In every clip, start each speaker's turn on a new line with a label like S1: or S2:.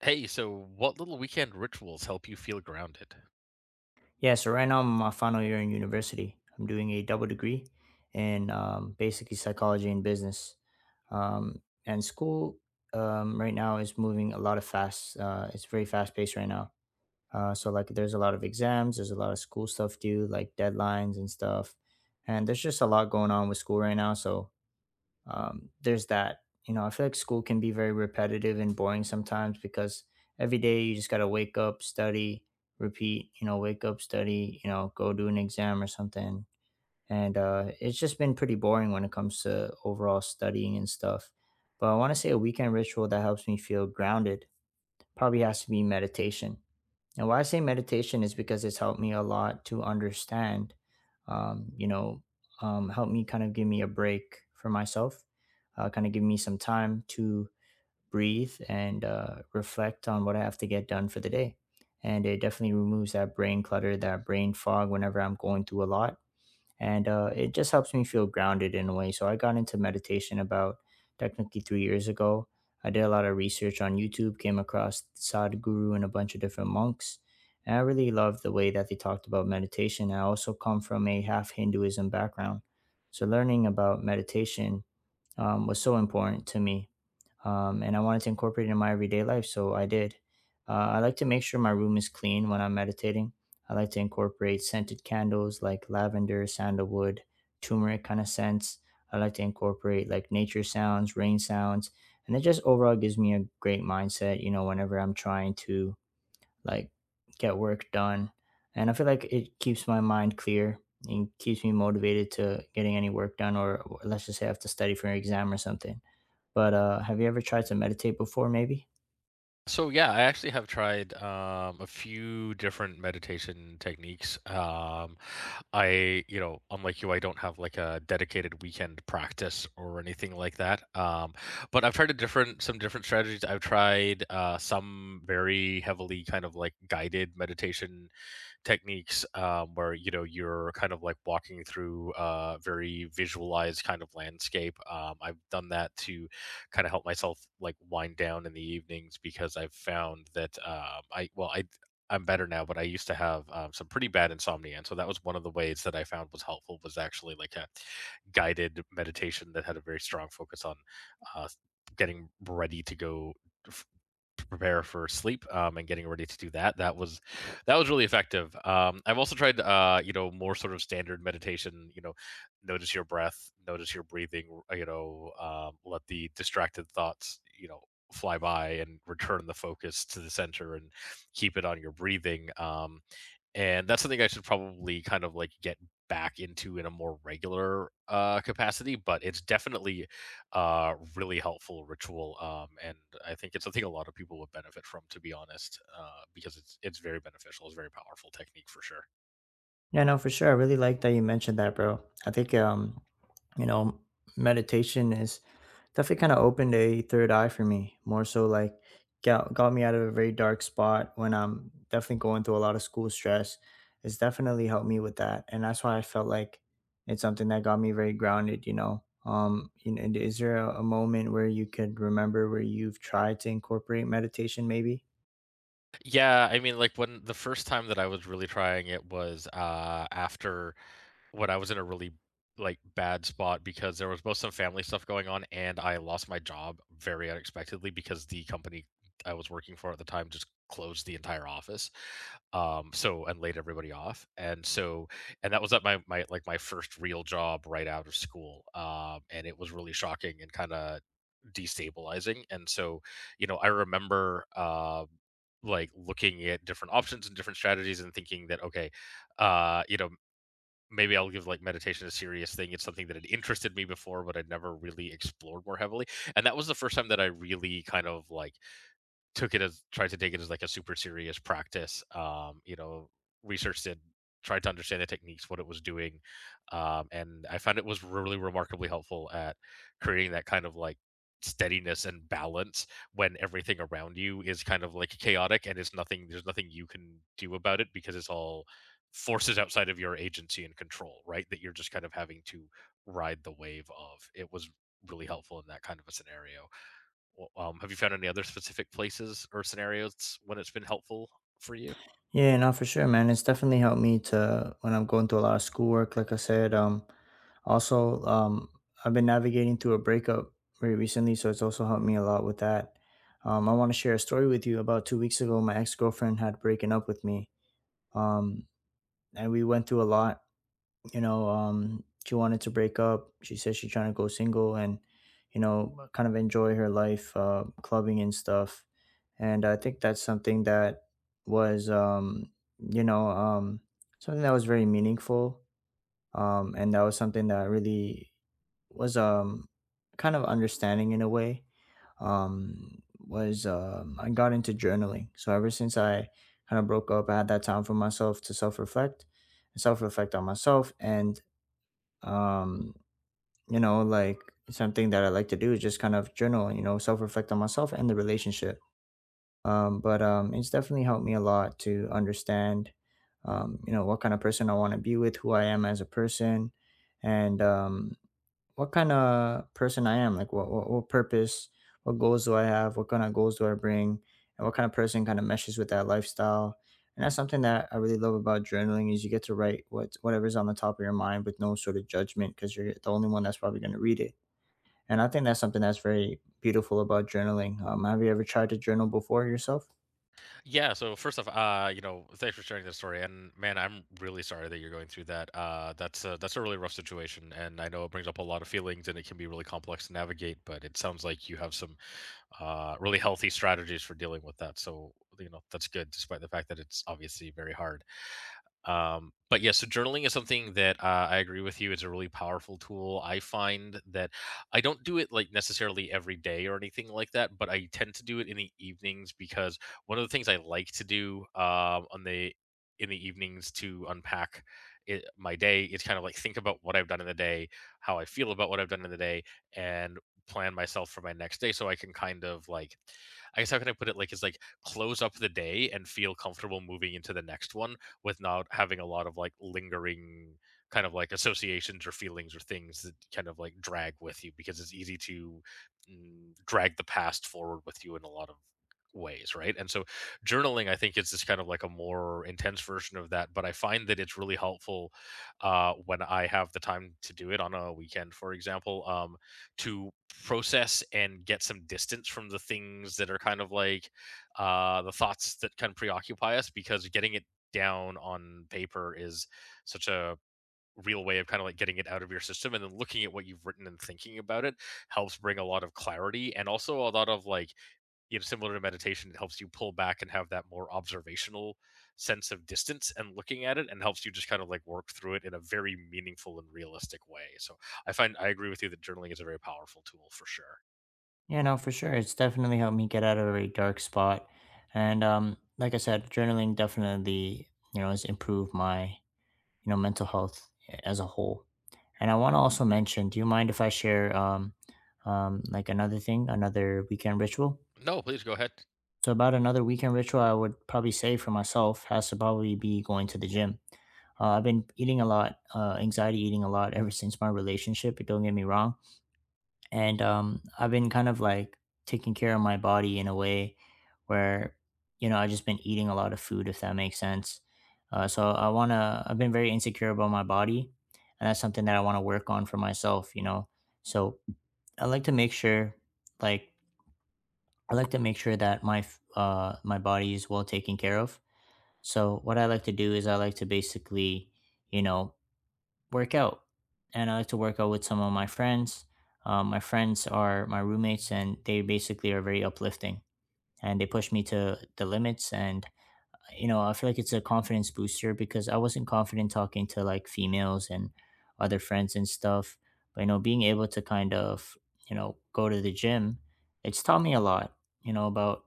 S1: Hey, so what little weekend rituals help you feel grounded?
S2: Yeah, so right now I'm in my final year in university. I'm doing a double degree in basically psychology and business. And school right now is moving a lot of fast. It's very fast paced right now. So there's a lot of exams. There's a lot of school stuff due, like deadlines and stuff. And there's just a lot going on with school right now. There's that. You know, I feel like school can be very repetitive and boring sometimes because every day you just got to wake up, study, repeat, you know, wake up, study, you know, go do an exam or something. And it's just been pretty boring when it comes to overall studying and stuff. But I want to say a weekend ritual that helps me feel grounded probably has to be meditation. And why I say meditation is because it's helped me a lot to understand, um, you know, help me kind of give me a break for myself, kind of give me some time to breathe and reflect on what I have to get done for the day. And it definitely removes that brain clutter, that brain fog whenever I'm going through a lot and it just helps me feel grounded in a way. So I got into meditation about technically 3 years ago. I did a lot of research on YouTube, came across Sadhguru and a bunch of different monks, and I really loved the way that they talked about meditation. I also come from a half Hinduism background, so learning about meditation was so important to me and I wanted to incorporate it in my everyday life, so I did. I like to make sure my room is clean when I'm meditating. I like to incorporate scented candles like lavender, sandalwood, turmeric kind of scents. I like to incorporate like nature sounds, rain sounds, and it just overall gives me a great mindset. You know, whenever I'm trying to like get work done. And I feel like it keeps my mind clear and keeps me motivated to getting any work done, or let's just say I have to study for an exam or something. But have you ever tried to meditate before, maybe?
S1: So yeah, I actually have tried a few different meditation techniques. I, you know, unlike you, I don't have like a dedicated weekend practice or anything like that. But I've tried some different strategies. I've tried some very heavily kind of like guided meditation techniques where you know you're kind of like walking through a very visualized kind of landscape. I've done that to kind of help myself like wind down in the evenings because I've found that I'm better now, but I used to have some pretty bad insomnia, and so that was one of the ways that I found was helpful was actually like a guided meditation that had a very strong focus on uh, getting ready to go f- prepare for sleep, and getting ready to do that. That was really effective. I've also tried you know, more sort of standard meditation. You know, notice your breath, notice your breathing. You know, let the distracted thoughts, you know, fly by and return the focus to the center and keep it on your breathing. And that's something I should probably kind of like get back into in a more regular capacity. But it's definitely really helpful ritual, and I think it's something a lot of people would benefit from, to be honest, because it's very beneficial. It's a very powerful technique for sure.
S2: Yeah, no, for sure. I really like that you mentioned that, bro. I think you know, meditation is definitely kind of opened a third eye for me. More so like got me out of a very dark spot when I'm definitely going through a lot of school stress. It's definitely helped me with that. And that's why I felt like it's something that got me very grounded, you know. You know, and is there a moment where you could remember where you've tried to incorporate meditation maybe?
S1: Yeah, I mean, like when the first time that I was really trying it was after when I was in a really like bad spot because there was both some family stuff going on and I lost my job very unexpectedly because the company I was working for at the time just closed the entire office. Um, so and laid everybody off. And so and that was at my like my first real job right out of school. Um, and it was really shocking and kind of destabilizing. And so, you know, I remember like looking at different options and different strategies and thinking that okay, you know, maybe I'll give like meditation a serious thing. It's something that had interested me before, but I'd never really explored more heavily. And that was the first time that I really kind of like took it as tried to take it as like a super serious practice. You know, researched it, tried to understand the techniques, what it was doing, and I found it was really remarkably helpful at creating that kind of like steadiness and balance when everything around you is kind of like chaotic and it's nothing. There's nothing you can do about it because it's all forces outside of your agency and control, right? That you're just kind of having to ride the wave of. It was really helpful in that kind of a scenario. Well, have you found any other specific places or scenarios when it's been helpful for you?
S2: Yeah, no, for sure, man. It's definitely helped me to when I'm going through a lot of schoolwork, like I said. Also, um, I've been navigating through a breakup very recently, so it's also helped me a lot with that. I want to share a story with you. About 2 weeks ago, my ex girlfriend had breaking up with me. Um, and we went through a lot you know, she wanted to break up. She said she's trying to go single and, you know, kind of enjoy her life, clubbing and stuff. And I think that's something that was, you know, um, something that was very meaningful. And that was something that really was kind of understanding in a way. Was I got into journaling. So ever since I kind of broke up, I had that time for myself to self reflect and self reflect on myself. And um you know like something that I like to do is just kind of journal, you know, self-reflect on myself and the relationship. But it's definitely helped me a lot to understand you know what kind of person I want to be with, who I am as a person. And what kind of person I am. Like what what purpose, what goals do I have? What kind of goals do I bring? And what kind of person kind of meshes with that lifestyle? And that's something that I really love about journaling is you get to write what whatever's on the top of your mind with no sort of judgment because you're the only one that's probably going to read it. And I think that's something that's very beautiful about journaling. Have you ever tried to journal before yourself?
S1: Yeah, so first off, you know, thanks for sharing this story. And man, I'm really sorry that you're going through that. That's a really rough situation, and I know it brings up a lot of feelings, and it can be really complex to navigate. But it sounds like you have some really healthy strategies for dealing with that. So you know, that's good, despite the fact that it's obviously very hard. But yeah, so journaling is something that, I agree with you. It's a really powerful tool. I find that I don't do it like necessarily every day or anything like that, but I tend to do it in the evenings because one of the things I like to do, on the in the evenings to unpack it, my day is kind of like think about what I've done in the day, how I feel about what I've done in the day, and plan myself for my next day so I can kind of like, I guess, how can I put it? Like, it's like close up the day and feel comfortable moving into the next one with not having a lot of like lingering kind of like associations or feelings or things that kind of like drag with you because it's easy to drag the past forward with you in a lot of ways, right? And so journaling I think is just kind of like a more intense version of that, but I find that it's really helpful when I have the time to do it on a weekend, for example. To process and get some distance from the things that are kind of like the thoughts that can preoccupy us, because getting it down on paper is such a real way of kind of like getting it out of your system, and then looking at what you've written and thinking about it helps bring a lot of clarity, and also a lot of like, you know, similar to meditation, it helps you pull back and have that more observational sense of distance and looking at it, and helps you just kind of like work through it in a very meaningful and realistic way. So I find, I agree with you that journaling is a very powerful tool for sure.
S2: Yeah, no, for sure. It's definitely helped me get out of a very dark spot. And like I said, journaling definitely, you know, has improved my you know, mental health as a whole. And I want to also mention, do you mind if I share like another thing, another weekend ritual?
S1: No, please go ahead.
S2: So about another weekend ritual, I would probably say for myself has to probably be going to the gym. I've been eating a lot, anxiety eating a lot ever since my relationship. Don't get me wrong, and I've been kind of like taking care of my body in a way where you know I've just been eating a lot of food, if that makes sense. So I wanna. I've been very insecure about my body, and that's something that I want to work on for myself. You know, so I like to make sure, like I like to make sure that my my body is well taken care of. So what I like to do is I like to basically, you know, work out. And I like to work out with some of my friends. My friends are my roommates, and they basically are very uplifting and they push me to the limits. And you know, I feel like it's a confidence booster because I wasn't confident talking to like females and other friends and stuff. But you know, being able to kind of, you know, go to the gym, it's taught me a lot, you know, about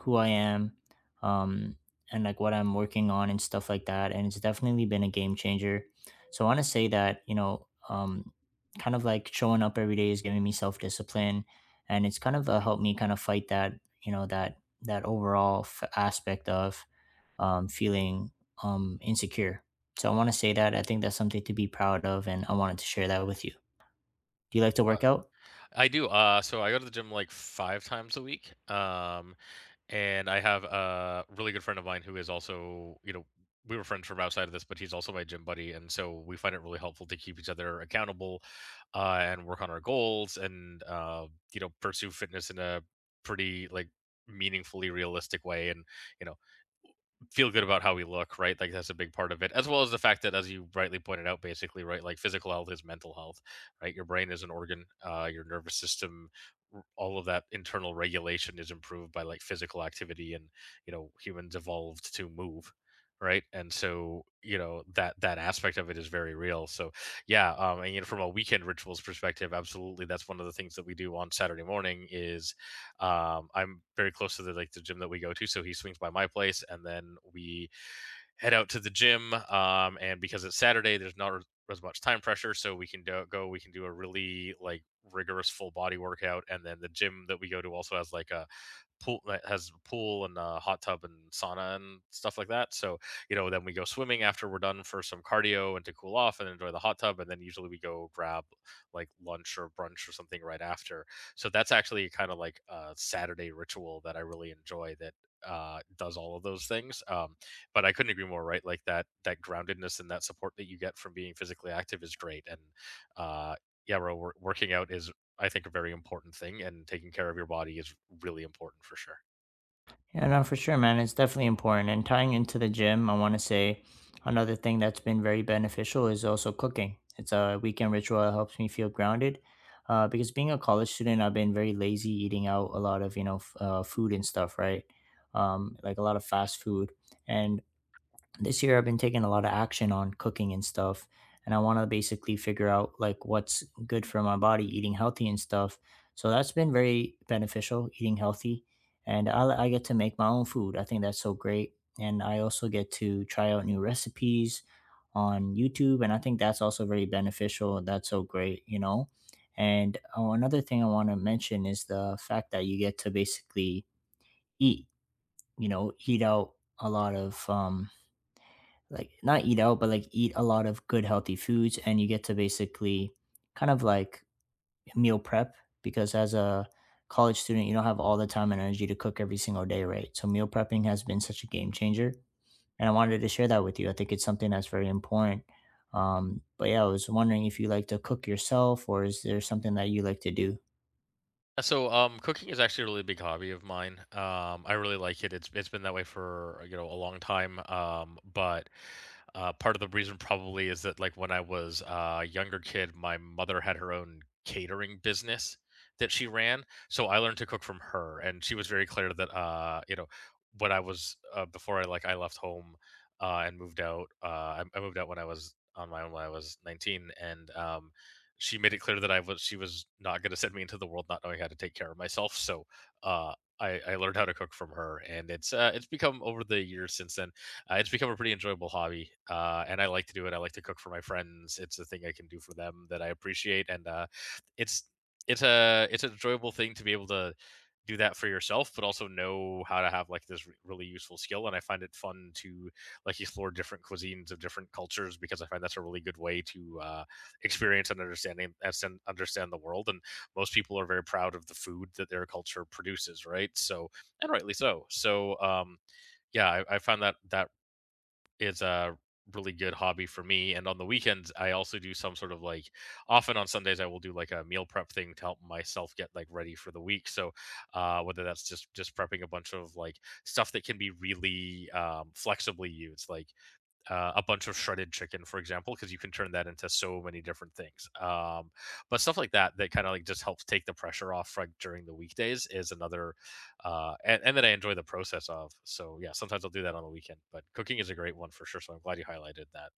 S2: who I am, um, and like what I'm working on and stuff like that. And it's definitely been a game changer. So I want to say that, you know, kind of like showing up every day is giving me self discipline, and it's kind of helped me kind of fight that, you know, that overall aspect of feeling insecure. So I want to say that I think that's something to be proud of, and I wanted to share that with you. Do you like to
S1: uh,
S2: work out?
S1: I do. So I go to the gym like five times a week. And I have a really good friend of mine who is also, you know, we were friends from outside of this, but he's also my gym buddy. And so we find it really helpful to keep each other accountable, and work on our goals, and, you know, pursue fitness in a pretty like meaningfully realistic way. And, you know, feel good about how we look, right? Like that's a big part of it, as well as the fact that, as you rightly pointed out, basically, right, like physical health is mental health, right? Your brain is an organ, your nervous system, all of that internal regulation is improved by like physical activity, and you know, humans evolved to move, right? And so, you know, that that aspect of it is very real. So, yeah, and you know, from a weekend rituals perspective, absolutely, that's one of the things that we do on Saturday morning is I'm very close to the like the gym that we go to, so he swings by my place and then we head out to the gym. And because it's Saturday there's not as much time pressure, so we can do a really like rigorous full body workout. And then the gym that we go to also has like a pool and a hot tub and sauna and stuff like that. So, you know, then we go swimming after we're done for some cardio and to cool off and enjoy the hot tub. And then usually we go grab like lunch or brunch or something right after. So that's actually kind of like a Saturday ritual that I really enjoy, that does all of those things. But I couldn't agree more, right? Like that that groundedness and that support that you get from being physically active is great. And uh yeah, bro, working out is, I think, a very important thing, and taking care of your body is really important for sure.
S2: Yeah, no, for sure, man. It's definitely important. And tying into the gym, I want to say another thing that's been very beneficial is also cooking. It's a weekend ritual that helps me feel grounded. Because being a college student, I've been very lazy eating out a lot of, you know, food and stuff, right? Like a lot of fast food. And this year I've been taking a lot of action on cooking and stuff, and I want to basically figure out like what's good for my body, eating healthy and stuff. So that's been very beneficial, eating healthy, and I get to make my own food. I think that's so great, and I also get to try out new recipes on YouTube, and I think that's also very beneficial. That's so great, you know. And oh, another thing I want to mention is the fact that you get to basically eat, you know, eat out a lot of like not eat out, but like eat a lot of good healthy foods, and you get to basically kind of like meal prep because as a college student, you don't have all the time and energy to cook every single day, right? So meal prepping has been such a game changer, and I wanted to share that with you. I think it's something that's very important. But yeah, I was wondering if you like to cook yourself, or is there something that you like to do?
S1: Cooking is actually a really big hobby of mine. I really like it. It's been that way for, you know, a long time. But part of the reason probably is that like when I was a younger kid, my mother had her own catering business that she ran. So I learned to cook from her, and she was very clear that you know, when I was before I left home, and moved out. I moved out when I was on my own when I was 19, and she made it clear that I was she was not going to send me into the world not knowing how to take care of myself. So uh, I learned how to cook from her, and it's become over the years since then. It's become a pretty enjoyable hobby, and I like to do it. I like to cook for my friends. It's a thing I can do for them that I appreciate, and it's it's an enjoyable thing to be able to do that for yourself, but also know how to have like this really useful skill. And I find it fun to like explore different cuisines of different cultures, because I find that's a really good way to experience and understanding and understand the world. And most people are very proud of the food that their culture produces, right? So, and rightly so. So um, yeah, I find that is a really good hobby for me. And on the weekends I also do some sort of like, often on Sundays I will do like a meal prep thing to help myself get like ready for the week. So whether that's just prepping a bunch of like stuff that can be really flexibly used, like a bunch of shredded chicken, for example, because you can turn that into so many different things. But stuff like that that kind of like just helps take the pressure off like during the weekdays is another, and that I enjoy the process of. So yeah, sometimes I'll do that on the weekend. But cooking is a great one for sure. So I'm glad you highlighted that.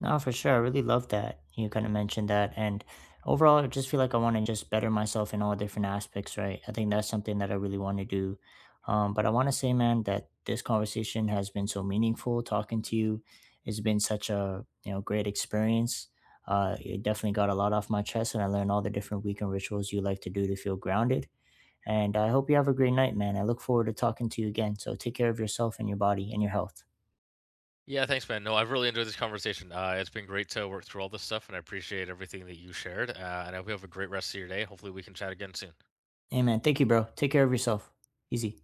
S2: No, for sure. I really love that you kind of mentioned that. And overall, I just feel like I want to just better myself in all different aspects, right? I think that's something that I really want to do. But I want to say, man, that this conversation has been so meaningful. Talking to you has been such a you know great experience. It definitely got a lot off my chest, and I learned all the different weekend rituals you like to do to feel grounded. And I hope you have a great night, man. I look forward to talking to you again. So take care of yourself and your body and your health.
S1: Yeah, thanks, man. No, I've really enjoyed this conversation. It's been great to work through all this stuff, and I appreciate everything that you shared. And I hope you have a great rest of your day. Hopefully, we can chat again soon.
S2: Hey, man. Thank you, bro. Take care of yourself. Easy.